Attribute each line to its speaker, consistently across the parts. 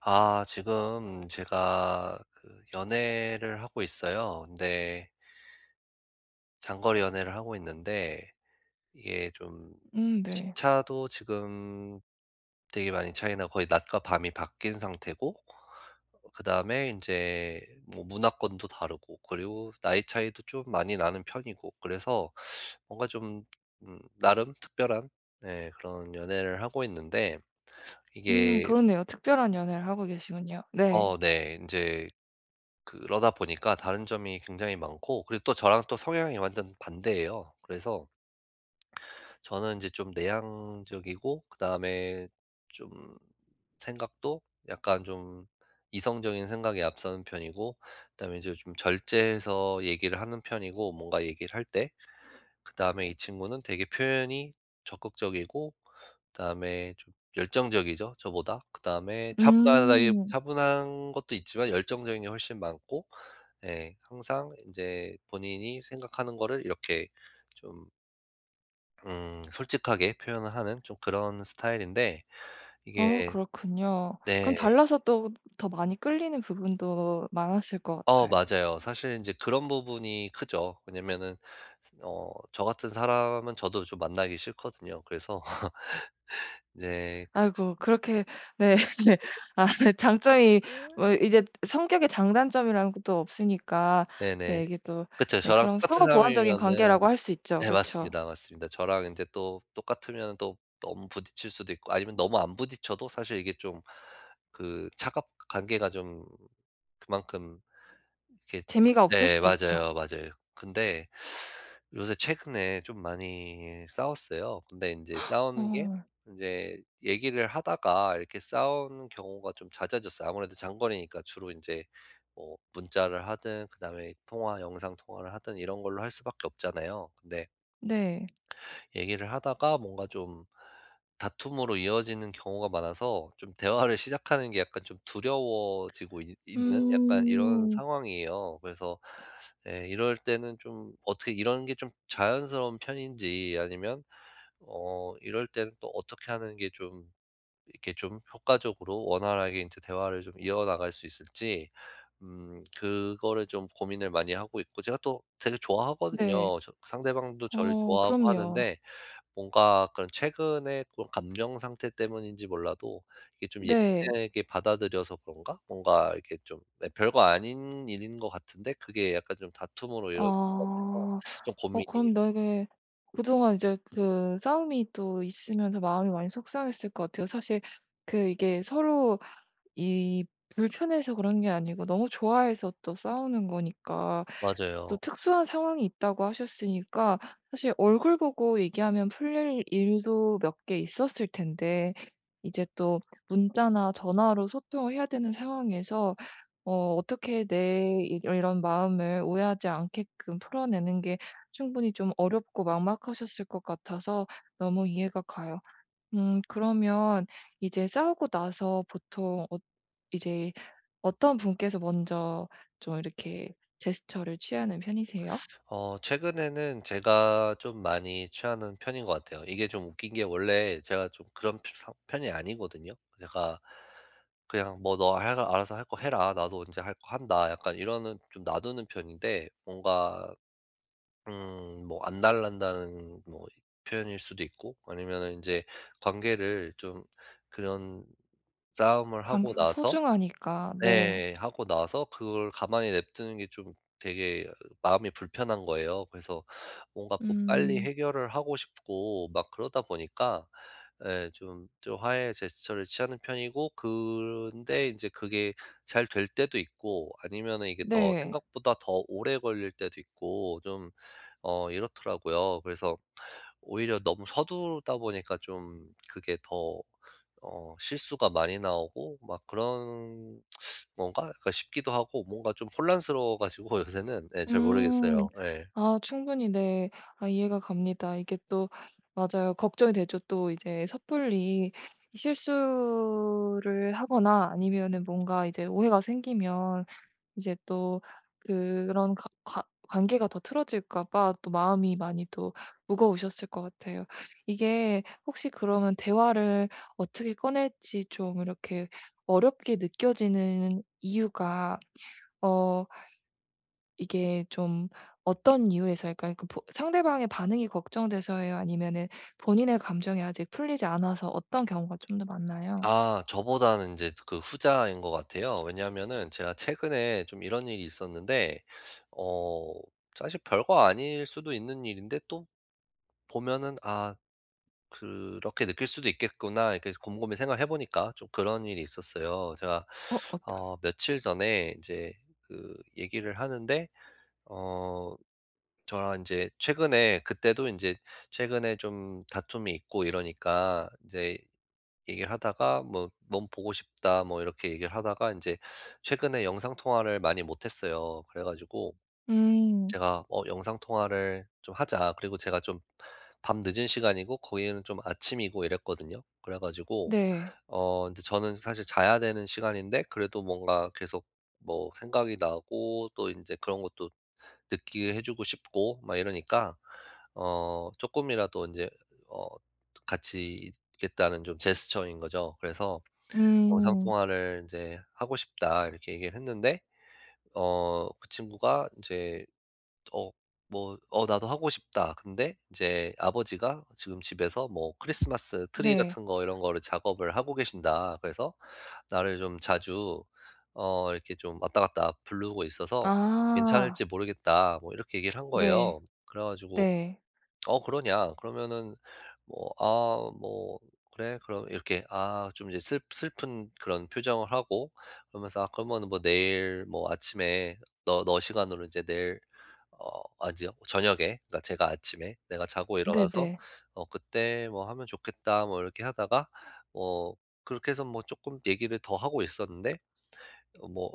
Speaker 1: 아, 지금 제가 그 연애를 하고 있어요. 근데 장거리 연애를 하고 있는데 이게 좀
Speaker 2: 네.
Speaker 1: 시차도 지금 되게 많이 차이나 거의 낮과 밤이 바뀐 상태고, 그다음에 이제 뭐 문화권도 다르고, 그리고 나이 차이도 좀 많이 나는 편이고 그래서 뭔가 좀, 나름 특별한, 네, 그런 연애를 하고 있는데 이게,
Speaker 2: 그렇네요. 특별한 연애를 하고 계시군요. 네.
Speaker 1: 어, 네. 이제 그러다 보니까 다른 점이 굉장히 많고, 그리고 또 저랑 또 성향이 완전 반대예요. 그래서 저는 이제 좀 내향적이고, 그다음에 좀 생각도 약간 좀 이성적인 생각에 앞서는 편이고, 그다음에 이제 좀 절제해서 얘기를 하는 편이고, 뭔가 얘기를 할 때. 그다음에 이 친구는 되게 표현이 적극적이고, 그다음에 좀 열정적이죠 저보다. 그다음에 차분하다기
Speaker 2: 음.
Speaker 1: 차분한 것도 있지만 열정적인 게 훨씬 많고 예. 항상 이제 본인이 생각하는 거를 이렇게 좀, 솔직하게 표현을 하는 좀 그런 스타일인데
Speaker 2: 어
Speaker 1: 이게,
Speaker 2: 그렇군요. 그럼
Speaker 1: 네.
Speaker 2: 달라서 또 더 많이 끌리는 부분도 많았을 것 같아요.
Speaker 1: 맞아요. 사실 이제 그런 부분이 크죠. 왜냐면은, 어 저 같은 사람은 저도 좀 만나기 싫거든요. 그래서 이제,
Speaker 2: 아이고 그렇게 네. 네. 아 장점이 뭐 이제 성격의 장단점이라는 것도 없으니까
Speaker 1: 네네.
Speaker 2: 네 이게 또
Speaker 1: 그쵸.
Speaker 2: 네
Speaker 1: 저랑
Speaker 2: 그럼
Speaker 1: 똑같은
Speaker 2: 상호 보완적인 관계라고
Speaker 1: 사람이면은,
Speaker 2: 할 수 있죠.
Speaker 1: 네
Speaker 2: 그쵸.
Speaker 1: 맞습니다, 맞습니다. 저랑 인제 또 똑같으면 또 너무 부딪힐 수도 있고, 아니면 너무 안 부딪혀도 사실 이게 좀, 그 차갑 관계가 좀 그만큼 이렇게,
Speaker 2: 재미가 없을
Speaker 1: 네
Speaker 2: 수도 있죠.
Speaker 1: 맞아요, 맞아요. 근데 요새 최근에 좀 많이 싸웠어요. 근데 인제 싸우는 게,
Speaker 2: 어
Speaker 1: 인제 얘기를 하다가 이렇게 싸우는 경우가 좀 잦아졌어요. 아무래도 장거리니까 주로 인제 뭐 문자를 하든 그다음에 통화 영상 통화를 하든 이런 걸로 할 수밖에 없잖아요. 근데
Speaker 2: 네.
Speaker 1: 얘기를 하다가 뭔가 좀 다툼으로 이어지는 경우가 많아서 좀 대화를 시작하는 게 약간 좀 두려워지고 있- 는 약간 이런
Speaker 2: 음.
Speaker 1: 상황이에요. 그래서 예, 이럴 때는 좀 어떻게, 이런 게 좀 자연스러운 편인지, 아니면 어 이럴 때는 또 어떻게 하는 게 좀 이렇게 좀 효과적으로 원활하게 이제 대화를 좀 이어나갈 수 있을지, 그거를 좀 고민을 많이 하고 있고, 제가 또 되게
Speaker 2: 네.
Speaker 1: 좋아하거든요. 저- 상대방도 저를
Speaker 2: 어
Speaker 1: 좋아하고
Speaker 2: 그럼요.
Speaker 1: 하는데, 뭔가 그런 최근에 그런 감정 상태 때문인지 몰라도 이게 좀
Speaker 2: 네.
Speaker 1: 예민하게 받아들여서 그런가? 뭔가 이렇게 좀, 네, 별거 아닌 일인 것 같은데 그게 약간 좀 다툼으로 이어진 것 같아서
Speaker 2: 아.
Speaker 1: 좀
Speaker 2: 어 그럼
Speaker 1: 고민이에요.
Speaker 2: 되게 그동안 이제 그 싸움이 또 있으면서 마음이 많이 속상했을 것 같아요. 사실 그 이게 서로 이 불편해서 그런 게 아니고 너무 좋아해서 또 싸우는 거니까 또
Speaker 1: 맞아요.
Speaker 2: 특수한 상황이 있다고 하셨으니까 사실 얼굴 보고 얘기하면 풀릴 일도 몇 개 있었을 텐데 이제 또 문자나 전화로 소통을 해야 되는 상황에서 어 어떻게 내 이 이런 마음을 오해하지 않게끔 풀어내는 게 충분히 좀 어렵고 막막하셨을 것 같아서 너무 이해가 가요. 그러면 이제 싸우고 나서 보통 이제 어떤 분께서 먼저 좀 이렇게 제스처를 취하는 편이세요?
Speaker 1: 어 최근에는 제가 좀 많이 취하는 편인 것 같아요. 이게 좀 웃긴 게 원래 제가 좀 그런 편- 상 편이 아니거든요. 제가 그냥 "뭐 너 알아서 할 거 해라. 나도 언제 할 거 한다." 약간 이러는, 좀 놔두는 편인데, 뭔가 뭐 안 달란다는 뭐 표현일 수도 있고, 아니면은 제 관계를 좀 그런 싸움을 하고
Speaker 2: 관계가
Speaker 1: 나서,
Speaker 2: 소중하니까. 네.
Speaker 1: 네 하고 나서 그걸 가만히 냅두는 게 좀 되게 마음이 불편한 거예요. 그래서 뭔가 뭐 빨리
Speaker 2: 음.
Speaker 1: 해결을 하고 싶고 막 그러다 보니까 예 좀 화해 제스처를 취하는 편이고, 그런데 이제 그게 잘 될 때도 있고, 아니면은 이게 더
Speaker 2: 네.
Speaker 1: 생각보다 더 오래 걸릴 때도 있고 좀, 이렇더라고요. 그래서 오히려 너무 서두르다 보니까 좀 그게 더, 실수가 많이 나오고 막 그런 건가 약간 싶기도 하고, 뭔가 좀 혼란스러워 가지고 요새는 예 잘
Speaker 2: 음.
Speaker 1: 모르겠어요. 예.
Speaker 2: 아 충분히 네. 아 이해가 갑니다. 이게 또 맞아요. 걱정이 되죠. 또 이제 섣불리 실수를 하거나 아니면은 뭔가 이제 오해가 생기면 이제 또 그런 가 관 관계가 더 틀어질까 봐 또 마음이 많이 또 무거우셨을 것 같아요. 이게 혹시 그러면 대화를 어떻게 꺼낼지 좀 이렇게 어렵게 느껴지는 이유가 어 이게 좀 어떤 이유에서일까요? 그 보 상대방의 반응이 걱정돼서예요? 아니면은 본인의 감정이 아직 풀리지 않아서 어떤 경우가 좀 더 많나요?
Speaker 1: 아 저보다는 이제 그 후자인 것 같아요. 왜냐하면은 제가 최근에 좀 이런 일이 있었는데, 어 사실 별거 아닐 수도 있는 일인데 또 보면은 '아 그렇게 느낄 수도 있겠구나.' 이렇게 곰곰이 생각해 보니까 좀 그런 일이 있었어요. 제가
Speaker 2: 어 어떤
Speaker 1: 어 며칠 전에 이제 그 얘기를 하는데, 어 저랑 이제 최근에 그때도 이제 최근에 좀 다툼이 있고 이러니까 이제 얘기를 하다가 뭐 "넌 보고 싶다." 뭐 이렇게 얘기를 하다가 이제 최근에 영상 통화를 많이 못 했어요. 그래 가지고
Speaker 2: 음.
Speaker 1: 제가 어 "영상 통화를 좀 하자." 그리고 제가 좀 밤늦은 시간이고 거기는 좀 아침이고 이랬거든요. 그래 가지고
Speaker 2: 네.
Speaker 1: 어 근데 저는 사실 자야 되는 시간인데 그래도 뭔가 계속 뭐 생각이 나고 또 이제 그런 것도 느끼게 해 주고 싶고 막 이러니까 어 조금이라도 이제 어 같이 있겠다는 좀 제스처인 거죠. 그래서 "영상
Speaker 2: 음.
Speaker 1: 통화를 이제 하고 싶다." 이렇게 얘기를 했는데, 어 그 친구가 이제 어 뭐 "어 나도 하고 싶다. 근데 이제 아버지가 지금 집에서 뭐 크리스마스 트리
Speaker 2: 네.
Speaker 1: 같은 거 이런 거를 작업을 하고 계신다. 그래서 나를 좀 자주 이렇게 좀 왔다 갔다 부르고 있어서
Speaker 2: 아.
Speaker 1: 괜찮을지 모르겠다." 뭐 이렇게 얘기를 한
Speaker 2: 네.
Speaker 1: 거예요. 그래 가지고
Speaker 2: 네.
Speaker 1: "어 그러냐?" 그러면은 뭐 "아 뭐 그래." 그럼 이렇게 아 좀 이제 슬 슬픈 그런 표정을 하고 그러면서 "아 그러면은 뭐 내일 뭐 아침에 너 시간으로 이제 내일 어 아니요. 저녁에, 그러니까 제가 아침에 내가 자고 일어나서
Speaker 2: 네네.
Speaker 1: 어 그때 뭐 하면 좋겠다." 뭐 이렇게 하다가 뭐 그렇게 해서 뭐 조금 얘기를 더 하고 있었는데 어 뭐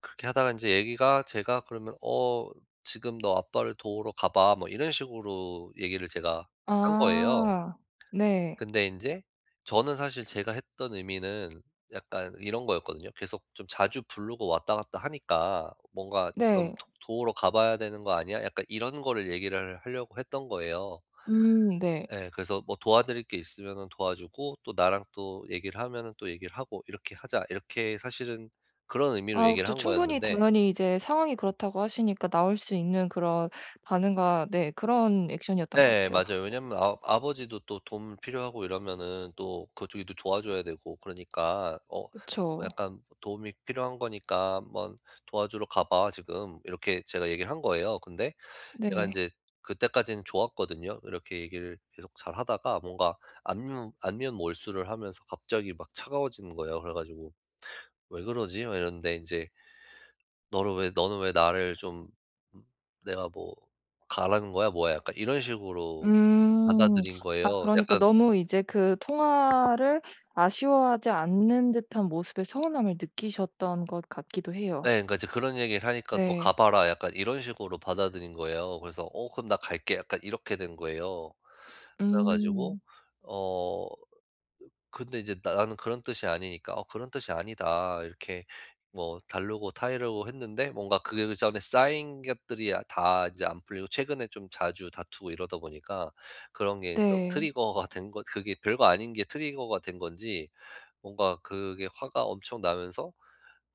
Speaker 1: 그렇게 하다가 이제 얘기가 제가 그러면 "어 지금 너 아빠를 도우러 가 봐." 뭐 이런 식으로 얘기를 제가 한 거예요.
Speaker 2: 아. 네.
Speaker 1: 근데 인제 저는 사실 제가 했던 의미는 약간 이런 거였거든요. 계속 좀 자주 부르고 왔다 갔다 하니까 '뭔가 지금
Speaker 2: 네.
Speaker 1: 도 도우러 가 봐야 되는 거 아니야?' 약간 이런 거를 얘기를 하려고 했던 거예요.
Speaker 2: 네.
Speaker 1: 예. 그래서 뭐 "도와드릴 게 있으면은 도와주고 또 나랑 또 얘기를 하면은 또 얘기를 하고 이렇게 하자." 이렇게 사실은 그런 의미로
Speaker 2: 아
Speaker 1: 얘기를
Speaker 2: 그
Speaker 1: 한
Speaker 2: 충분히
Speaker 1: 거였는데,
Speaker 2: 당연히 이제 상황이 그렇다고 하시니까 나올 수 있는 그런 반응과 네 그런 액션이었던 것
Speaker 1: 네
Speaker 2: 같아요.
Speaker 1: 맞아요. 왜냐면 아 아버지도 또 돈 필요하고 이러면은 또 그쪽이 또 도와줘야 되고, 그러니까 어
Speaker 2: 그쵸.
Speaker 1: 약간 "도움이 필요한 거니까 한번 도와주러 가봐 지금." 이렇게 제가 얘기를 한 거예요. 근데 얘가 이
Speaker 2: 네.
Speaker 1: 제 그때까지는 좋았거든요. 이렇게 얘기를 계속 잘하다가 뭔가 안면 몰수를 하면서 갑자기 막 차가워지는 거예요. 그래 가지고 '왜 그러지?' 막 이러는데 이제 너를 왜 너는 왜 나를 좀, 음 내가 뭐 가라는 거야 뭐야 약간 이런 식으로
Speaker 2: 음.
Speaker 1: 받아들인
Speaker 2: 아
Speaker 1: 거예요.
Speaker 2: 그러니까
Speaker 1: 약간.
Speaker 2: 너무 이제 그 통화를 아쉬워하지 않는 듯한 모습의 서운함을 느끼셨던 것 같기도
Speaker 1: 예
Speaker 2: 해요.
Speaker 1: 그러니까 이제 그런 얘기를 하니까 "너 가
Speaker 2: 네.
Speaker 1: 봐라." 약간 이런 식으로 받아들인 거예요. 그래서 "어 그럼 나 갈게." 약간 이렇게 된 거예요. 그래 가지고
Speaker 2: 음.
Speaker 1: 어 근데 이제 나 나는 그런 뜻이 아니니까 '어 그런 뜻이 아니다.' 이렇게 뭐 다르고 타이르고 했는데, 뭔가 그게 그 전에 쌓인 것들이 아 다 이제 안 풀리고 최근에 좀 자주 다투고 이러다 보니까 그런 게 좀
Speaker 2: 네.
Speaker 1: 트리거가 된 것, 그게 별거 아닌 게 트리거가 된 건지, 뭔가 그게 화가 엄청 나면서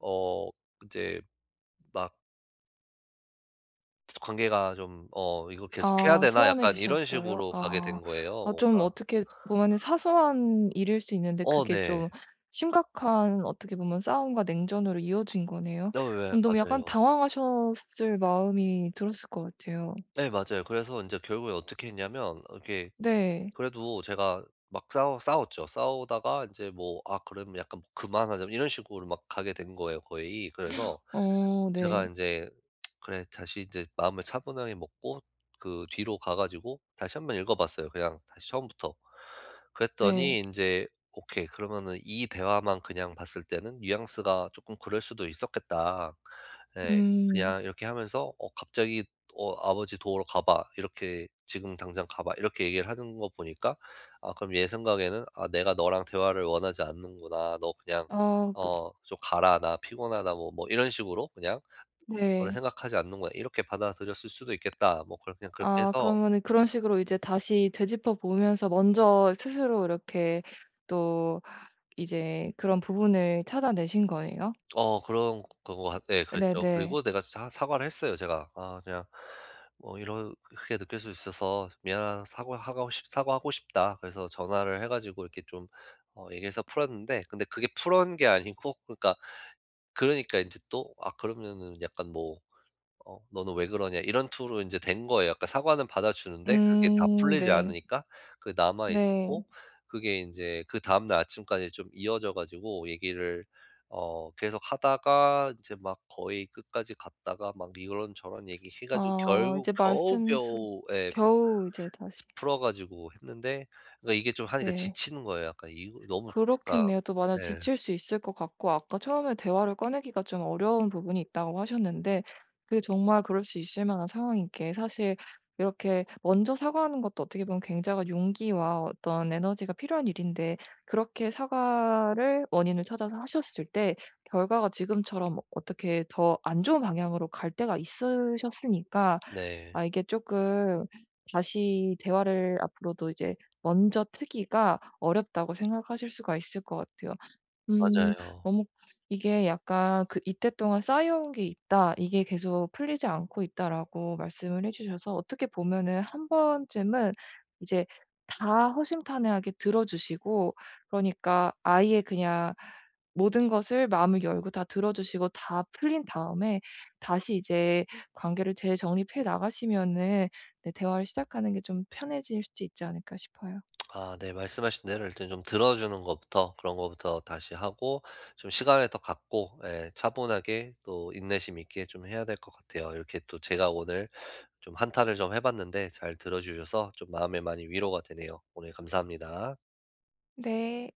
Speaker 1: 어 이제 막 관계가 좀 '어 이거 계속 해야
Speaker 2: 아
Speaker 1: 되나?' 약간 이런
Speaker 2: 소원해지셨어요?
Speaker 1: 식으로 가게 된
Speaker 2: 아.
Speaker 1: 거예요
Speaker 2: 아 좀
Speaker 1: 뭔가.
Speaker 2: 어떻게 보면은 사소한 일일 수 있는데
Speaker 1: 어
Speaker 2: 그게
Speaker 1: 네.
Speaker 2: 좀 심각한 어떻게 보면 싸움과 냉전으로 이어진 거네요.
Speaker 1: 어
Speaker 2: 어
Speaker 1: 왜
Speaker 2: 너무 약간
Speaker 1: 맞아요.
Speaker 2: 당황하셨을 마음이 들었을 것 같아요.
Speaker 1: 네 맞아요. 그래서 이제 결국에 어떻게 했냐면 어 이렇게
Speaker 2: 네.
Speaker 1: 그래도 제가 막 싸워 싸웠죠. 싸우다가 이제 뭐 '아 그러면 약간 뭐 그만하자.' 이런 식으로 막 가게 된 거예요 거의. 그래서
Speaker 2: 어
Speaker 1: 제가
Speaker 2: 네.
Speaker 1: 이제 그래 다시 이제 마음을 차분하게 먹고 그 뒤로 가 가지고 다시 한 번 읽어 봤어요 그냥 다시 처음부터. 그랬더니
Speaker 2: 네.
Speaker 1: 이제 '오케이. 그러면은 이 대화만 그냥 봤을 때는 뉘앙스가 조금 그럴 수도 있었겠다.' 예.
Speaker 2: 음.
Speaker 1: 그냥 이렇게 하면서 어 갑자기 "어 아버지 도우러 가 봐." 이렇게 "지금 당장 가 봐." 이렇게 얘기를 하는 거 보니까 아 그럼 얘 생각에는 '아 내가 너랑 대화를 원하지 않는구나. 너 그냥
Speaker 2: 어 그
Speaker 1: 좀 가라. 나 피곤하다.' 뭐 뭐 이런 식으로 그냥 너를
Speaker 2: 네.
Speaker 1: 생각하지 않는 거야. 이렇게 받아들였을 수도 있겠다. 뭐 그렇 그냥 그렇게
Speaker 2: 아
Speaker 1: 해서
Speaker 2: 그러면은 그런 식으로 이제 다시 되짚어 보면서 먼저 스스로 이렇게 또 이제 그런 부분을 찾아내신 거네요?
Speaker 1: 어 그런 그거것같 예 그랬죠.
Speaker 2: 네네.
Speaker 1: 그리고 내가 사 사과를 했어요 제가. "아 그냥 뭐 이렇게 느낄 수 있어서 미안하 사과하고 싶다." 그래서 전화를 해 가지고 이렇게 좀 얘기해서 풀었는데, 근데 그게 풀은 게 아니고, 그러니까 인제 또 아 그러면은 약간 뭐 "너는 왜 그러냐." 이런 투로 이제 된 거예요. 약간 까 사과는 받아주는데 그게 다 풀리지
Speaker 2: 네.
Speaker 1: 않으니까 그게 남아 있었고,
Speaker 2: 네.
Speaker 1: 그게 이제 그다음 날 아침까지 좀 이어져 가지고 얘기를 계속 하다가 이제 막 거의 끝까지 갔다가 막 이런저런 얘기해 가지고
Speaker 2: 아
Speaker 1: 결국
Speaker 2: 이제 말씀 수
Speaker 1: 겨우겨우 에
Speaker 2: 겨우 이제 다시
Speaker 1: 풀어 가지고 했는데, 그러니까 이게 좀 하니까
Speaker 2: 네.
Speaker 1: 지치는 거예요. 약간 이거 너무 그러니까.
Speaker 2: 그렇겠네요. 또 만약
Speaker 1: 네.
Speaker 2: 지칠 수 있을 것 같고 아까 처음에 대화를 꺼내기가 좀 어려운 부분이 있다고 하셨는데 그게 정말 그럴 수 있을 만한 상황인 게 사실 이렇게 먼저 사과하는 것도 어떻게 보면 굉장한 용기와 어떤 에너지가 필요한 일인데 그렇게 사과를 원인을 찾아서 하셨을 때 결과가 지금처럼 어떻게 더 안 좋은 방향으로 갈 때가 있으셨으니까
Speaker 1: 네.
Speaker 2: 아 이게 조금 다시 대화를 앞으로도 이제 먼저 트기가 어렵다고 생각하실 수가 있을 것 같아요. 음.
Speaker 1: 맞아요.
Speaker 2: 너무 이게 약간 그 "이때 동안 쌓여온 게 있다. 이게 계속 풀리지 않고 있다."라고 말씀을 해 주셔서 어떻게 보면은 한 번쯤은 이제 다 허심탄회하게 들어 주시고 그러니까 아예 그냥 모든 것을 마음을 열고 다 들어 주시고 다 풀린 다음에 다시 이제 관계를 재정립해 나가시면은 네 대화를 시작하는 게 좀 편해질 수도 있지 않을까 싶어요.
Speaker 1: 아 네. 말씀하신 대로 일단 좀 들어주는 것부터 그런 것부터 다시 하고 좀 시간을 더 갖고 예 차분하게 또 인내심 있게 좀 해야 될 것 같아요. 이렇게 또 제가 오늘 좀 한탄을 좀 해 봤는데 잘 들어 주셔서 좀 마음에 많이 위로가 되네요. 오늘 감사합니다.
Speaker 2: 네.